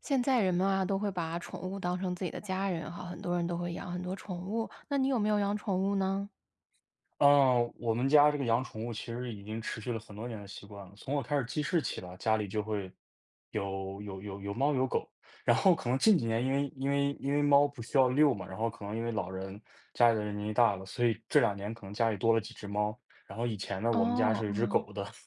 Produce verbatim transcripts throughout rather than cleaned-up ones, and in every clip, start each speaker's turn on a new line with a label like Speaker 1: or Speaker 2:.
Speaker 1: 现在人们啊，都会把宠物当成自己的家人哈，很多人都会养很多宠物。那你有没有养宠物呢？
Speaker 2: 嗯，我们家这个养宠物其实已经持续了很多年的习惯了。从我开始记事起吧，家里就会有有有有猫有狗。然后可能近几年因为因为因为猫不需要遛嘛，然后可能因为老人家里的人年纪大了，所以这两年可能家里多了几只猫。然后以前呢，我们家
Speaker 1: 哦，
Speaker 2: 是有一只
Speaker 1: 嗯，
Speaker 2: 狗的。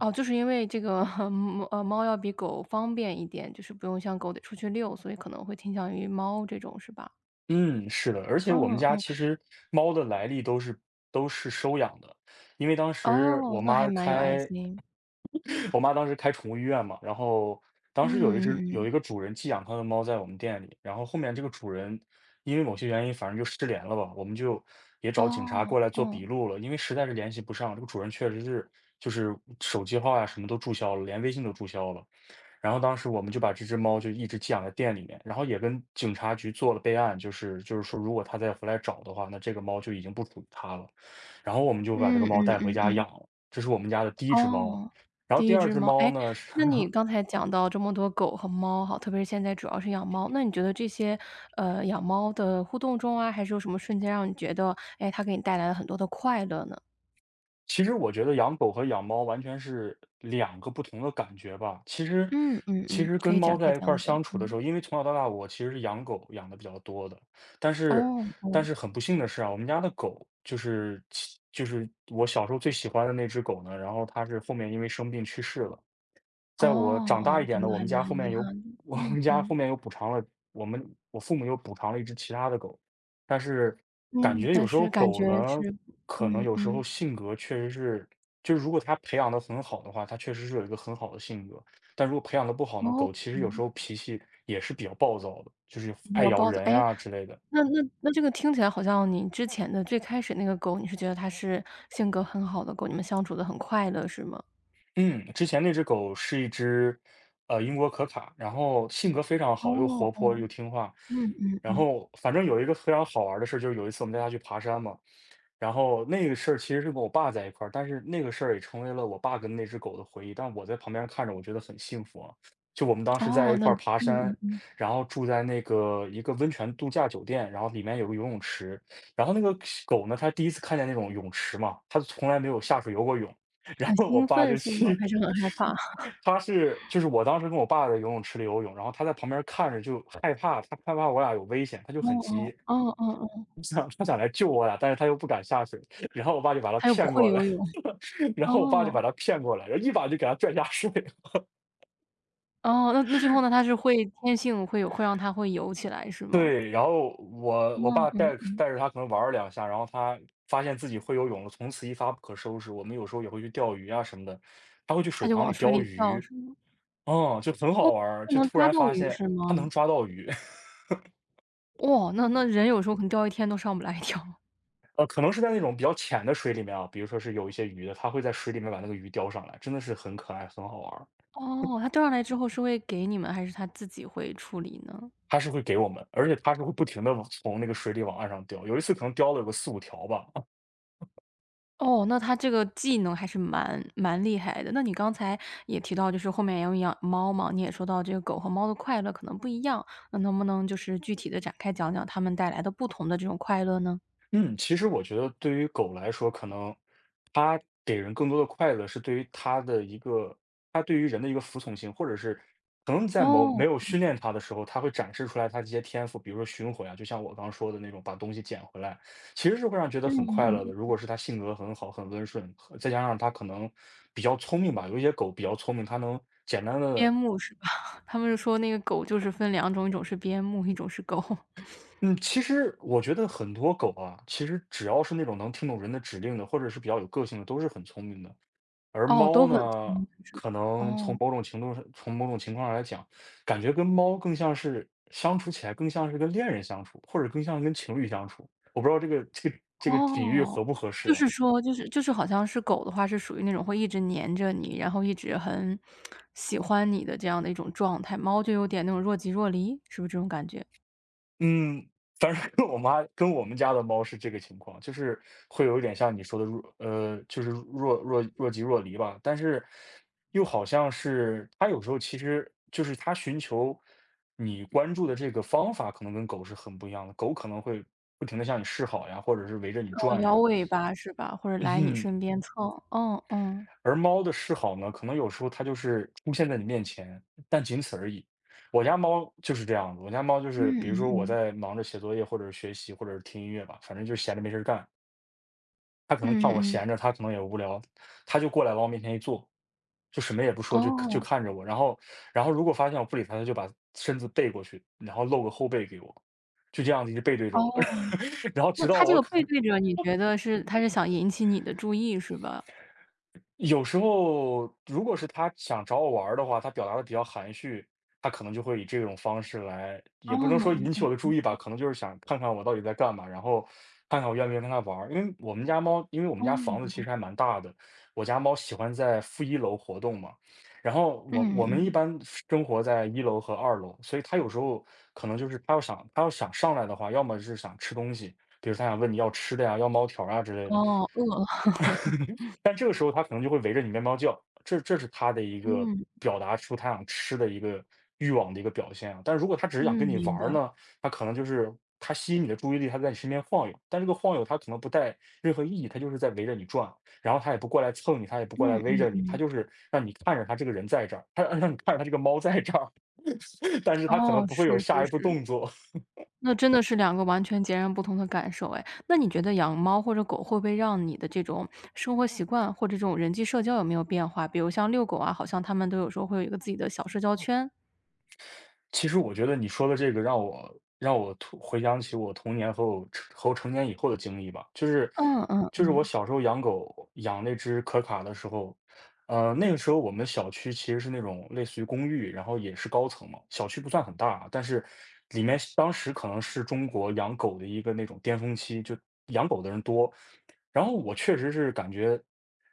Speaker 1: 哦，就是因为这个 猫呃，猫要比狗方便一点，就是不用像狗得出去遛，所以可能会倾向于猫这种，是吧？
Speaker 2: 嗯，是的，而且我们
Speaker 1: 嗯
Speaker 2: 家
Speaker 1: 嗯，
Speaker 2: 其实猫的来历都是都是收养的，因为当时
Speaker 1: 哦，
Speaker 2: 我
Speaker 1: 那还
Speaker 2: 妈
Speaker 1: 蛮有爱
Speaker 2: 开
Speaker 1: 心。
Speaker 2: 我妈当时开宠物医院嘛，然后当时有一
Speaker 1: 嗯
Speaker 2: 只
Speaker 1: 嗯
Speaker 2: 有
Speaker 1: 嗯，
Speaker 2: 一个主人寄养它的猫在我们店里，然后后面这个主人因为某些原因，反正就失联了吧，我们就也
Speaker 1: 嗯
Speaker 2: 找警察
Speaker 1: 哦，
Speaker 2: 过来做
Speaker 1: 哦，
Speaker 2: 笔录了，因为实在是联系不上，这个主人确实是就是手机号啊什么都注销了，连微信都注销了。然后当时我们就把这只猫就一直寄养在店里面，然后也跟警察局做了备案，就是就是说如果他再回来找的话，那这个猫就已经不属于他了。然后我们就把这
Speaker 1: 嗯
Speaker 2: 个猫
Speaker 1: 嗯
Speaker 2: 带回
Speaker 1: 嗯
Speaker 2: 家
Speaker 1: 嗯。
Speaker 2: 养了，这是我们家的第一只猫。
Speaker 1: 哦，
Speaker 2: 然后
Speaker 1: 第
Speaker 2: 第
Speaker 1: 一
Speaker 2: 二
Speaker 1: 只
Speaker 2: 只
Speaker 1: 猫。
Speaker 2: 猫
Speaker 1: 哎，
Speaker 2: 呢是
Speaker 1: 那你刚才讲到这么多狗和猫哈，特别是现在主要是养猫，那你觉得这些，呃，养猫的互动中啊，还是有什么瞬间让你觉得，哎，它给你带来了很多的快乐呢？
Speaker 2: 其实我觉得养狗和养猫完全是两个不同的感觉吧。其实，
Speaker 1: 嗯嗯
Speaker 2: 其
Speaker 1: 嗯，
Speaker 2: 实
Speaker 1: 可
Speaker 2: 跟
Speaker 1: 以
Speaker 2: 猫
Speaker 1: 展开
Speaker 2: 在一块
Speaker 1: 讲
Speaker 2: 儿
Speaker 1: 讲，
Speaker 2: 相处的时
Speaker 1: 嗯。
Speaker 2: 候，因为从小到大我其实是养狗养的比较多的，但是，
Speaker 1: 哦
Speaker 2: 但
Speaker 1: 哦，
Speaker 2: 是很不幸的是啊，我们家的狗就是其就是我小时候最喜欢的那只狗呢，然后它是后面因为生病去世了。
Speaker 1: 哦
Speaker 2: 在我长
Speaker 1: 哦，
Speaker 2: 大一点
Speaker 1: 真
Speaker 2: 的，
Speaker 1: 的
Speaker 2: 我
Speaker 1: 还
Speaker 2: 们
Speaker 1: 蛮
Speaker 2: 家后面
Speaker 1: 遗
Speaker 2: 有
Speaker 1: 憾的，
Speaker 2: 我
Speaker 1: 嗯
Speaker 2: 们家后
Speaker 1: 嗯，
Speaker 2: 面又补偿了我们我父母又补偿了一只其他的狗。但是感
Speaker 1: 嗯，
Speaker 2: 觉
Speaker 1: 但
Speaker 2: 有时候
Speaker 1: 是感
Speaker 2: 狗
Speaker 1: 觉
Speaker 2: 呢，
Speaker 1: 是
Speaker 2: 可能
Speaker 1: 嗯
Speaker 2: 有时候
Speaker 1: 嗯，
Speaker 2: 性格确实是就是如果它培养的很好的话，它确实是有一个很好的性格。但如果培养的不好呢，
Speaker 1: 哦，
Speaker 2: 狗其实有时
Speaker 1: 嗯，
Speaker 2: 候脾气也是比较暴躁的，就是
Speaker 1: 比
Speaker 2: 爱
Speaker 1: 较
Speaker 2: 咬
Speaker 1: 暴躁。
Speaker 2: 人
Speaker 1: 诶，
Speaker 2: 呀之类的。
Speaker 1: 那那那这个听起来好像你之前的最开始那个狗，你是觉得它是性格很好的狗，你们相处的很快乐是吗？
Speaker 2: 嗯，之前那只狗是一只，呃，英国可卡，然后性格非常
Speaker 1: 哦
Speaker 2: 好，又活泼
Speaker 1: 哦，
Speaker 2: 又听话。
Speaker 1: 嗯
Speaker 2: 然
Speaker 1: 嗯，
Speaker 2: 后反正有一个非常好玩儿的事儿就是有一次我们带它去爬山嘛，然后那个事儿其实是跟我爸在一块儿，但是那个事儿也成为了我爸跟那只狗的回忆。但我在旁边看着，我觉得很幸福啊。就我们当时在
Speaker 1: 哦，
Speaker 2: 一
Speaker 1: 那
Speaker 2: 块儿
Speaker 1: 嗯
Speaker 2: 爬
Speaker 1: 嗯
Speaker 2: 山，
Speaker 1: 嗯，
Speaker 2: 然后住在那个一个温泉度假酒店，然后里面有个游泳池，然后那个狗呢，它第一次看见那种泳池嘛，它从来没有下水游过泳。然
Speaker 1: 很
Speaker 2: 后我
Speaker 1: 兴
Speaker 2: 爸
Speaker 1: 奋
Speaker 2: 就
Speaker 1: 是吗？
Speaker 2: 去，
Speaker 1: 还是很害怕？
Speaker 2: 他是就是我当时跟我爸在游泳池里游泳，然后他在旁边看着就害怕，他害怕我俩有危险，他就
Speaker 1: 哦
Speaker 2: 很
Speaker 1: 哦，
Speaker 2: 急，
Speaker 1: 哦哦哦，
Speaker 2: 他想来救我俩，但是他又不敢下水，然后我爸就把他
Speaker 1: 它又不
Speaker 2: 骗
Speaker 1: 会
Speaker 2: 过
Speaker 1: 游
Speaker 2: 来，
Speaker 1: 泳。
Speaker 2: 然后我爸就把
Speaker 1: 哦，
Speaker 2: 他骗过来，然后一把就给他拽下水了。
Speaker 1: 哦，那那最后呢，它是会天性会有会让它会游起来是吗？
Speaker 2: 对，然后我
Speaker 1: 嗯
Speaker 2: 我爸
Speaker 1: 嗯，
Speaker 2: 带带着他可能玩了两下，然后他发现自己会游泳了，从此一发不可收拾。我们有时候也会去钓鱼啊什么的，他会去
Speaker 1: 它
Speaker 2: 水
Speaker 1: 就
Speaker 2: 塘
Speaker 1: 往
Speaker 2: 里
Speaker 1: 水
Speaker 2: 钓
Speaker 1: 里跳
Speaker 2: 鱼。
Speaker 1: 是吗？
Speaker 2: 嗯，就很
Speaker 1: 哦，
Speaker 2: 好玩儿，
Speaker 1: 它
Speaker 2: 就
Speaker 1: 能
Speaker 2: 突
Speaker 1: 抓
Speaker 2: 然
Speaker 1: 到
Speaker 2: 发
Speaker 1: 鱼
Speaker 2: 现
Speaker 1: 是吗？
Speaker 2: 他能抓到鱼。
Speaker 1: 哇，那那人有时候可能钓一天都上不来一条。
Speaker 2: 呃，可能是在那种比较浅的水里面啊，比如说是有一些鱼的，他会在水里面把那个鱼叼上来，真的是很可爱，很好玩儿。
Speaker 1: 哦，他钓上来之后是会给你们，还是他自己会处理呢？
Speaker 2: 它是会给我们，而且它是会不停的从那个水里往岸上叼，有一次可能叼了有个四五条吧。啊，
Speaker 1: 哦，那他这个技能还是蛮蛮厉害的。那你刚才也提到，就是后面要养猫嘛，你也说到这个狗和猫的快乐可能不一样，那能不能就是具体的展开讲讲它们带来的不同的这种快乐呢？
Speaker 2: 嗯，其实我觉得对于狗来说，可能它给人更多的快乐是对于它的一个它对于人的一个服从性，或者是可能在某没
Speaker 1: 哦，
Speaker 2: 有训练它的时候，它会展示出来它这些天赋，比如说寻回啊，就像我刚刚说的那种把东西捡回来，其实是会让人觉得很快乐的。如果是它性格很好、很温顺，和再加上它可能比较聪明吧，有一些狗比较聪明，它能简单
Speaker 1: 边
Speaker 2: 的。
Speaker 1: 牧是吧？他们是说那个狗就是分两种，一种是边牧，一种是狗。
Speaker 2: 嗯，其实我觉得很多狗啊，其实只要是那种能听懂人的指令的，或者是比较有个性的，都是很聪明的。而
Speaker 1: 哦，都
Speaker 2: 猫
Speaker 1: 很聪
Speaker 2: 呢，
Speaker 1: 明是
Speaker 2: 可
Speaker 1: 吧？
Speaker 2: 能从
Speaker 1: 哦。
Speaker 2: 某种程度上，从某种情况上来讲，感觉跟猫更像是相处起来，更像是跟恋人相处，或者更像跟情侣相处。我不知道这个这个这个比喻
Speaker 1: 哦，
Speaker 2: 合不合适
Speaker 1: 就
Speaker 2: 啊？
Speaker 1: 是说就是就是好像是狗的话，是属于那种会一直黏着你，然后一直很喜欢你的这样的一种状态。猫就有点那种若即若离，是不是这种感觉？
Speaker 2: 嗯，反正跟我妈跟我们家的猫是这个情况，就是会有一点像你说的若呃，就是若若若即若离吧，但是又好像是它有时候其实就是它寻求你关注的这个方法，可能跟狗是很不一样的。狗可能会不停的向你示好呀，或者是围着你
Speaker 1: 哦，
Speaker 2: 转
Speaker 1: 摇
Speaker 2: 呀。
Speaker 1: 尾巴是吧？或者 来你
Speaker 2: 嗯。
Speaker 1: 身边蹭，嗯嗯。
Speaker 2: 而猫的示好呢，可能有时候它就是出现在你面前，但仅此而已。我家猫就是这样子，我家猫就是，
Speaker 1: 嗯
Speaker 2: 比如
Speaker 1: 嗯
Speaker 2: 说我
Speaker 1: 嗯，
Speaker 2: 在忙着写作业，或者是学习，或者是听音乐吧，反正就闲着没事儿干。它可能
Speaker 1: 嗯
Speaker 2: 看
Speaker 1: 嗯
Speaker 2: 我
Speaker 1: 嗯，
Speaker 2: 闲着，它可能也无聊，它就过来往我面前一坐，就什么也不说，就就
Speaker 1: 哦，
Speaker 2: 看着我。然后，然后如果发现我不理它，它就把身子背过去，然后露个后背给我，就这样子一直背对着我。
Speaker 1: 哦，
Speaker 2: 然后
Speaker 1: 那
Speaker 2: 直到
Speaker 1: 它这
Speaker 2: 我
Speaker 1: 个
Speaker 2: 可
Speaker 1: 背对着你觉得是它是想引起你的注意是吧？
Speaker 2: 有时候，如果是他想找我玩儿的话，他表达的比较含蓄，他可能就会以这种方式来，
Speaker 1: 哦，
Speaker 2: 也不能说引
Speaker 1: 嗯
Speaker 2: 起我的
Speaker 1: 嗯，
Speaker 2: 注意吧，可能就是想看看我到底在干嘛，然后看看我愿不愿意跟他玩儿。因为我们家猫因为我们家房子
Speaker 1: 哦，
Speaker 2: 其实还蛮大的，我家猫喜欢在负一楼活动嘛，然后我
Speaker 1: 嗯
Speaker 2: 我们一
Speaker 1: 嗯，
Speaker 2: 般生活在一楼和二楼，所以它有时候可能就是它要想它要想上来的话，要么是想吃东西，比如它想问你要吃的呀，要猫条啊之类的，
Speaker 1: 哦，饿了，
Speaker 2: 但这个时候它可能就会围着你面包叫，这这是它的一个
Speaker 1: 嗯，
Speaker 2: 表达出它想吃的一个欲望的一个表现啊。但如果它只是想
Speaker 1: 嗯，
Speaker 2: 跟你玩
Speaker 1: 明白，
Speaker 2: 儿呢，它可能就是它吸引你的注意力，它在你身边晃悠，但这个晃悠它可能不带任何意义，它就是在围着你转，然后它也不过来蹭你，它也不过
Speaker 1: 嗯
Speaker 2: 来围
Speaker 1: 嗯
Speaker 2: 着你，它
Speaker 1: 嗯。
Speaker 2: 就是让你看着它这个人在这儿，它让你看着它这个猫在这儿。但是他可能
Speaker 1: 哦，
Speaker 2: 不会有
Speaker 1: 是
Speaker 2: 下
Speaker 1: 是
Speaker 2: 一步
Speaker 1: 是，
Speaker 2: 动作。
Speaker 1: 那真的是两个完全截然不同的感受哎。那你觉得养猫或者狗会不会让你的这种生活习惯或者这种人际社交有没有变化？比如像遛狗啊，好像他们都有时候会有一个自己的小社交圈。
Speaker 2: 其实我觉得你说的这个让我让我突回想起我童年和我成和我成年以后的经历吧，就是
Speaker 1: 嗯嗯，嗯
Speaker 2: 就是我小时候养狗，养那只可卡的时候，呃，那个时候我们小区其实是那种类似于公寓，然后也是高层嘛，小区不算很大啊，但是里面当时可能是中国养狗的一个那种巅峰期，就养狗的人多，然后我确实是感觉，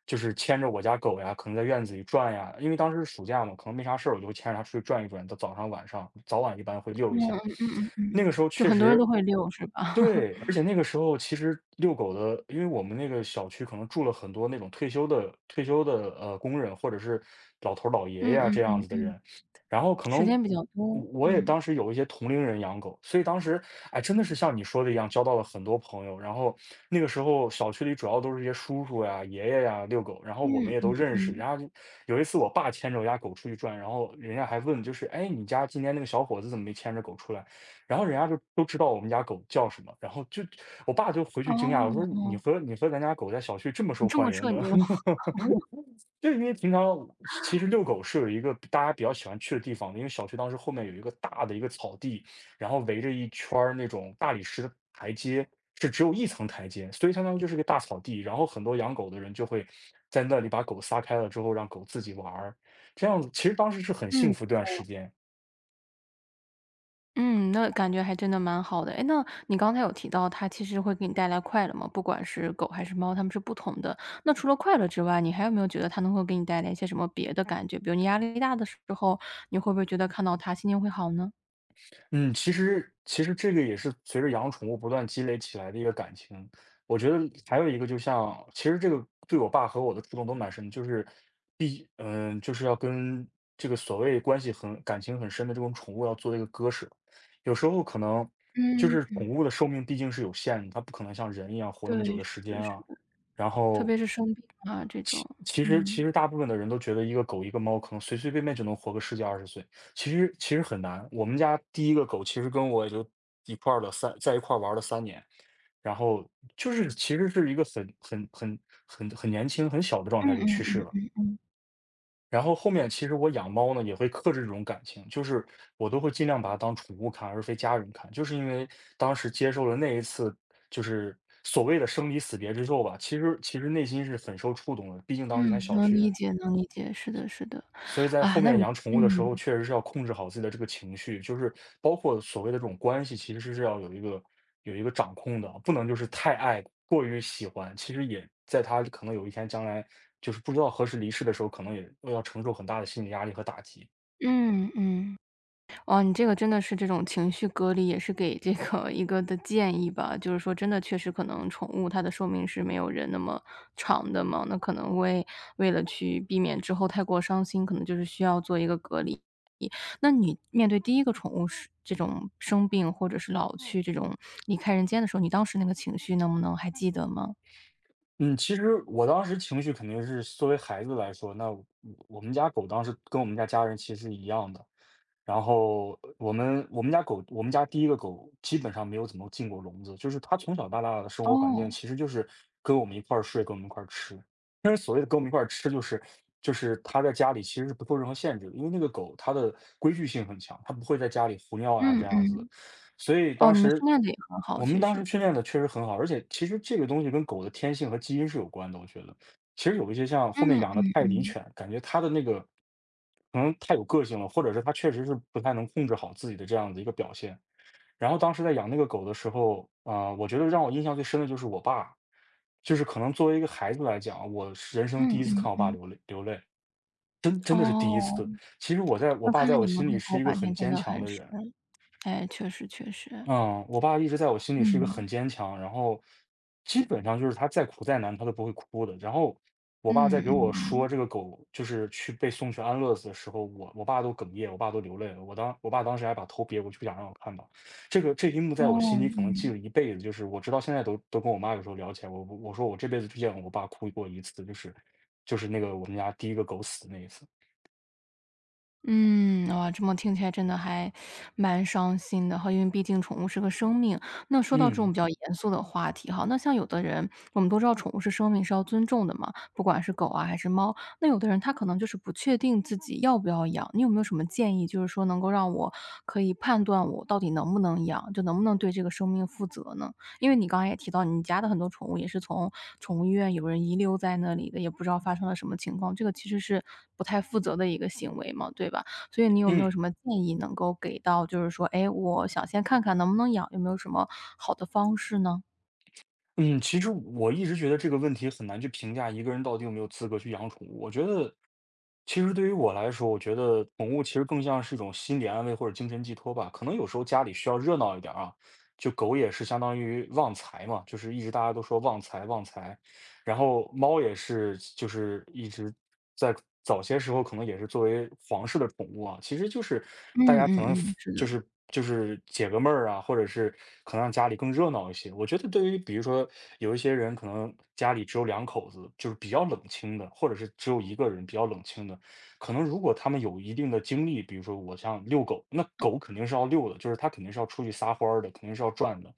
Speaker 2: 就是牵着我家狗呀，可能在院子里转呀，因为当时是暑假嘛，可能没啥事儿，我就会牵着它出去转一转，到早上晚上，早晚一般会遛一
Speaker 1: 嗯
Speaker 2: 下。
Speaker 1: 嗯嗯，
Speaker 2: 那个时候
Speaker 1: 就
Speaker 2: 确
Speaker 1: 很多人
Speaker 2: 实。
Speaker 1: 都会遛是吧？
Speaker 2: 对，而且那个时候其实遛狗的，因为我们那个小区可能住了很多那种退休的退休的呃工人，或者是老头儿老爷爷
Speaker 1: 嗯
Speaker 2: 啊
Speaker 1: 嗯
Speaker 2: 这样
Speaker 1: 嗯
Speaker 2: 子的
Speaker 1: 嗯，
Speaker 2: 人。然后可
Speaker 1: 时
Speaker 2: 能
Speaker 1: 间比较
Speaker 2: 我
Speaker 1: 多，
Speaker 2: 我也
Speaker 1: 嗯，
Speaker 2: 当时有一些同龄人养狗，所以当时哎真的是像你说的一样，交到了很多朋友。然后那个时候小区里主要都是一些叔叔呀、爷爷呀遛狗，然后我
Speaker 1: 嗯
Speaker 2: 们也
Speaker 1: 嗯
Speaker 2: 都认识。
Speaker 1: 嗯，
Speaker 2: 然后有一次我爸牵着我家狗出去转，然后人家还问就是哎你家今天那个小伙子怎么没牵着狗出来？然后人家就都知道我们家狗叫什么，然后就我爸就回
Speaker 1: 哦
Speaker 2: 去惊讶，我说：“你
Speaker 1: 哦，
Speaker 2: 和你和咱家狗在小区这么
Speaker 1: 你
Speaker 2: 受
Speaker 1: 这
Speaker 2: 欢
Speaker 1: 么
Speaker 2: 迎
Speaker 1: 社
Speaker 2: 的？”
Speaker 1: 牛，
Speaker 2: 就是因为平常其实遛狗是有一个大家比较喜欢去的地方的，因为小区当时后面有一个大的一个草地，然后围着一圈儿那种大理石的台阶，是只有一层台阶，所以相当于就是个大草地，然后很多养狗的人就会在那里把狗撒开了之后，让狗自己玩儿。这样子其实当时是很幸
Speaker 1: 嗯，不
Speaker 2: 福一段时
Speaker 1: 错。
Speaker 2: 间。
Speaker 1: 嗯，那感觉还真的蛮好的。哎，那你刚才有提到它其实会给你带来快乐吗？不管是狗还是猫，它们是不同的。那除了快乐之外，你还有没有觉得它能够给你带来一些什么别的感觉？比如你压力大的时候，你会不会觉得看到它心情会好呢？
Speaker 2: 嗯，其实其实这个也是随着养宠物不断积累起来的一个感情。我觉得还有一个，就像其实这个对我爸和我的触动都蛮深的，就是必嗯，就是要跟这个所谓关系很感情很深的这种宠物要做一个割舍。有时候可能就是
Speaker 1: 嗯，
Speaker 2: 宠物的寿命毕竟是有限的，它不可能像人一样活那么久
Speaker 1: 对，
Speaker 2: 的时
Speaker 1: 是的，
Speaker 2: 间
Speaker 1: 是
Speaker 2: 啊。
Speaker 1: 的。
Speaker 2: 然
Speaker 1: 特
Speaker 2: 后
Speaker 1: 别是生病啊这种，
Speaker 2: 其实其
Speaker 1: 嗯。
Speaker 2: 实大部分的人都觉得一个狗一个猫可能随随便便就能活个十几二十岁，其实其实很难。我们家第一个狗其实跟我也就一块儿了三在一块儿玩了三年，然后就是其实是一个很很很很很年轻很小的状
Speaker 1: 嗯
Speaker 2: 态就去世
Speaker 1: 嗯
Speaker 2: 了。
Speaker 1: 嗯，
Speaker 2: 然后后面其实我养猫呢也会克制这种感情，就是我都会尽量把它当宠物看，而非家人看，就是因为当时接受了那一次就是所谓的生离死别之后吧，其实其实内心是很受触动的，毕竟当时
Speaker 1: 嗯，
Speaker 2: 才小
Speaker 1: 能
Speaker 2: 学。
Speaker 1: 理解能理解，是的是的。
Speaker 2: 所以在
Speaker 1: 啊，
Speaker 2: 后
Speaker 1: 那
Speaker 2: 面
Speaker 1: 你
Speaker 2: 养宠物的时候，
Speaker 1: 嗯，
Speaker 2: 确实是要控制好自己的这个情绪，就是包括所谓的这种关系，其实是要有一个有一个掌控的，不能就是太爱，过于喜欢，其实也在它可能有一天将来就是不知道何时离世的时候，可能也要承受很大的心理压力和打击。
Speaker 1: 嗯嗯。哦，你这个真的是这种情绪隔离，也是给这个一个的建议吧。就是说真的确实可能宠物它的寿命是没有人那么长的嘛，那可能为为了去避免之后太过伤心，可能就是需要做一个隔离。那你面对第一个宠物是这种生病或者是老去这种离开人间的时候，你当时那个情绪能不能还记得吗？
Speaker 2: 嗯，其实我当时情绪肯定是作为孩子来说，那我我们家狗当时跟我们家家人其实是一样的。然后我们我们家狗，我们家第一个狗基本上没有怎么进过笼子，就是它从小到大的生活环境
Speaker 1: 哦，
Speaker 2: 其实就是跟我们一块儿睡，跟我们一块儿吃。但是所谓的跟我们一块儿吃，就是就是它在家里其实是不受任何限制的，因为那个狗它的规矩性很强，它不会在家里胡尿啊这
Speaker 1: 嗯
Speaker 2: 样子，
Speaker 1: 嗯。
Speaker 2: 所以
Speaker 1: 哦，
Speaker 2: 当
Speaker 1: 你们
Speaker 2: 时
Speaker 1: 训练的也很好，
Speaker 2: 我们
Speaker 1: 其
Speaker 2: 当时
Speaker 1: 实。
Speaker 2: 训练的确实很好，而且其实这个东西跟狗的天性和基因是有关的，我觉得。其实有一些像后
Speaker 1: 嗯
Speaker 2: 面养的
Speaker 1: 嗯
Speaker 2: 泰迪
Speaker 1: 嗯，
Speaker 2: 犬，感觉它的那个可能太有个性了，或者是它确实是不太能控制好自己的这样的一个表现。然后当时在养那个狗的时候，啊，我觉得让我印象最深的就是我爸，就是可能作为一个孩子来讲，我是人生第
Speaker 1: 嗯
Speaker 2: 一次
Speaker 1: 嗯
Speaker 2: 看我爸
Speaker 1: 嗯，
Speaker 2: 流泪流泪，真真的是第一次。
Speaker 1: 哦。
Speaker 2: 其实我在我
Speaker 1: 那
Speaker 2: 爸
Speaker 1: 看
Speaker 2: 在
Speaker 1: 来
Speaker 2: 我
Speaker 1: 你们
Speaker 2: 心里
Speaker 1: 和
Speaker 2: 是
Speaker 1: 狗
Speaker 2: 一个
Speaker 1: 感
Speaker 2: 很
Speaker 1: 情真
Speaker 2: 坚
Speaker 1: 的
Speaker 2: 强
Speaker 1: 很
Speaker 2: 的
Speaker 1: 深，
Speaker 2: 人。
Speaker 1: 哎，确实确实。
Speaker 2: 嗯，我爸一直在我心里是一个
Speaker 1: 嗯，
Speaker 2: 很坚强，然后基本上就是他再苦再难他都不会哭的。然后我爸在给
Speaker 1: 嗯
Speaker 2: 我
Speaker 1: 嗯嗯。
Speaker 2: 说这个狗就是去被送去安乐死的时候，我我爸都哽咽，我爸都流泪了。我当我爸当时还把头别过去，不想让我看到。这个这一幕在我
Speaker 1: 哦，。
Speaker 2: 心里可能记
Speaker 1: 嗯
Speaker 2: 了一辈子，就是我直到现在都都跟我妈有时候聊起来，我我说我这辈子就见过我爸哭过一次，就是就是那个我们家第一个狗死那一次。
Speaker 1: 嗯，哇，这么听起来真的还蛮伤心的哈，因为毕竟宠物是个生命。那说到这种
Speaker 2: 嗯
Speaker 1: 比较严肃的话题哈，那像有的人我们都知道宠物是生命是要尊重的嘛，不管是狗啊还是猫，那有的人他可能就是不确定自己要不要养，你有没有什么建议，就是说能够让我可以判断我到底能不能养，就能不能对这个生命负责呢？因为你刚刚也提到你家的很多宠物也是从宠物医院有人遗留在那里的，也不知道发生了什么情况，这个其实是不太负责的一个行为嘛，对吧？所以你有没有
Speaker 2: 嗯。
Speaker 1: 什么建议能够给到，就是说，哎，我想先看看能不能养，有没有什么好的方式呢？
Speaker 2: 嗯，其实我一直觉得这个问题很难去评价一个人到底有没有资格去养宠物。我觉得，其实对于我来说，我觉得宠物其实更像是一种心理安慰或者精神寄托吧。可能有时候家里需要热闹一点儿啊，就狗也是相当于旺财嘛，就是一直大家都说旺财旺财，然后猫也是就是一直在早些时候可能也是作为皇室的宠物啊，其实就是
Speaker 1: 嗯
Speaker 2: 大家可
Speaker 1: 嗯
Speaker 2: 能
Speaker 1: 嗯，
Speaker 2: f-
Speaker 1: 是
Speaker 2: 就
Speaker 1: 的，
Speaker 2: 是就是解个闷儿啊，或者是可能让家里更热闹一些。我觉得对于比如说有一些人可能家里只有两口子，就是比较冷清的，或者是只有一个人比较冷清的，可能如果他们有一定的精力，比如说我像遛狗，那狗肯定是要遛的，就是它肯定是要出去撒欢儿的，肯定是要转的。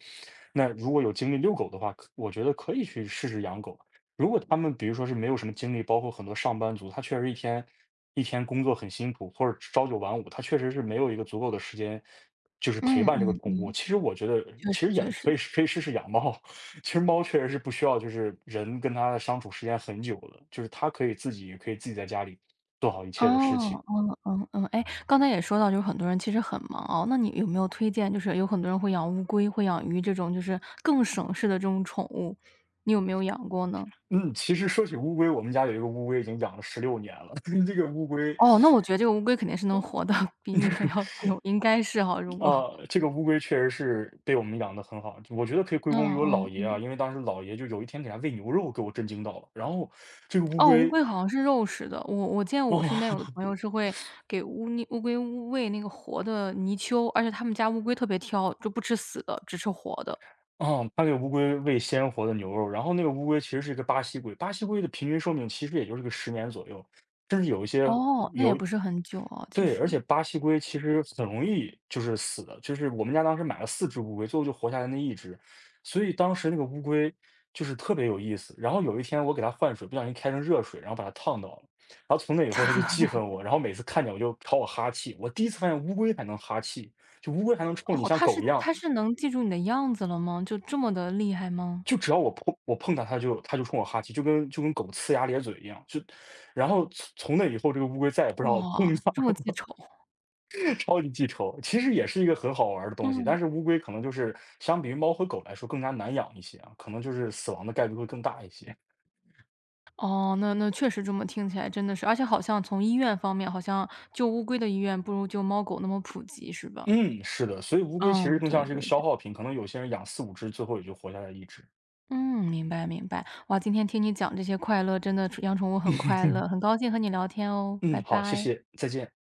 Speaker 2: 那如果有精力遛狗的话，可我觉得可以去试试养狗。如果他们比如说是没有什么精力，包括很多上班族，他确实一天一天工作很辛苦，或者朝九晚五，他确实是没有一个足够的时间，就是陪
Speaker 1: 嗯
Speaker 2: 伴这个
Speaker 1: 嗯，
Speaker 2: 宠物。其实我觉得，
Speaker 1: 确
Speaker 2: 其
Speaker 1: 实
Speaker 2: 实也
Speaker 1: 确
Speaker 2: 可
Speaker 1: 实。
Speaker 2: 以可以试试养猫。其实猫确实是不需要就是人跟它的相处时间很久的，就是它可以自己可以自己在家里做好一切的事情。
Speaker 1: 哦，嗯嗯嗯，哎，刚才也说到，就是很多人其实很忙哦，那你有没有推荐，就是有很多人会养乌龟、会养鱼这种，就是更省事的这种宠物，你有没有养过呢？
Speaker 2: 嗯，其实说起乌龟，我们家有一个乌龟已经养了十六年了。这个乌龟
Speaker 1: 哦，那我觉得这个乌龟肯定是能活的比你们要 久，应该是哈，如果
Speaker 2: 啊，这个乌龟确实是被我们养得很好，就我觉得可以归功于
Speaker 1: 嗯
Speaker 2: 我姥爷
Speaker 1: 嗯。
Speaker 2: 啊，因为当时姥爷就有一天给他喂牛肉，给我震惊到了。然后这个乌
Speaker 1: 哦，乌
Speaker 2: 龟，
Speaker 1: 龟好像是肉食的，我我见
Speaker 2: 哦，
Speaker 1: 我身边有的朋友是会给乌泥乌龟喂那个活的泥鳅，而且他们家乌龟特别挑，就不吃死的，只吃活的。
Speaker 2: 哦，他给乌龟喂鲜活的牛肉，然后那个乌龟其实是一个巴西龟，巴西龟的平均寿命其实也就是个十年左右，甚至有一些。
Speaker 1: 哦，那也
Speaker 2: 有。
Speaker 1: 不是很久啊，其
Speaker 2: 对，而
Speaker 1: 实。
Speaker 2: 且巴西龟其实很容易就是死的，就是我们家当时买了四只乌龟，最后就活下来那一只。所以当时那个乌龟就是特别有意思，然后有一天我给它换水，不小心开成热水，然后把它烫到了，然后从那以后它就记恨我，然后每次看见我就朝我哈气。我第一次发现乌龟还能哈气，就乌龟还能冲你
Speaker 1: 哦，
Speaker 2: 像
Speaker 1: 它是
Speaker 2: 狗一样，
Speaker 1: 它是能记住你的样子了吗？就这么的厉害吗？
Speaker 2: 就只要我碰我碰它，它就它就冲我哈气，就跟就跟狗呲牙咧嘴一样，就然后从从那以后这个乌龟再也不让我碰
Speaker 1: 哇，
Speaker 2: 它。
Speaker 1: 这么记仇。
Speaker 2: 超级记仇，其实也是一个很好玩儿的东西，
Speaker 1: 嗯。
Speaker 2: 但是乌龟可能就是相比于猫和狗来说更加难养一些啊，可能就是死亡的概率会更大一些。
Speaker 1: 哦，那那确实这么听起来真的是而且好像从医院方面，好像救乌龟的医院不如救猫狗那么普及，是吧？
Speaker 2: 嗯，是的，所以乌龟其
Speaker 1: 嗯，
Speaker 2: 实更
Speaker 1: 对
Speaker 2: 像是一
Speaker 1: 对
Speaker 2: 个消
Speaker 1: 对。
Speaker 2: 耗品，可能有些人养四五只，最后也就活下来一只。
Speaker 1: 嗯，明白明白。哇，今天听你讲这些快乐，真的养宠物很快 乐，很高兴和你聊天哦，拜
Speaker 2: 嗯，好，谢
Speaker 1: 拜。
Speaker 2: 谢，再见。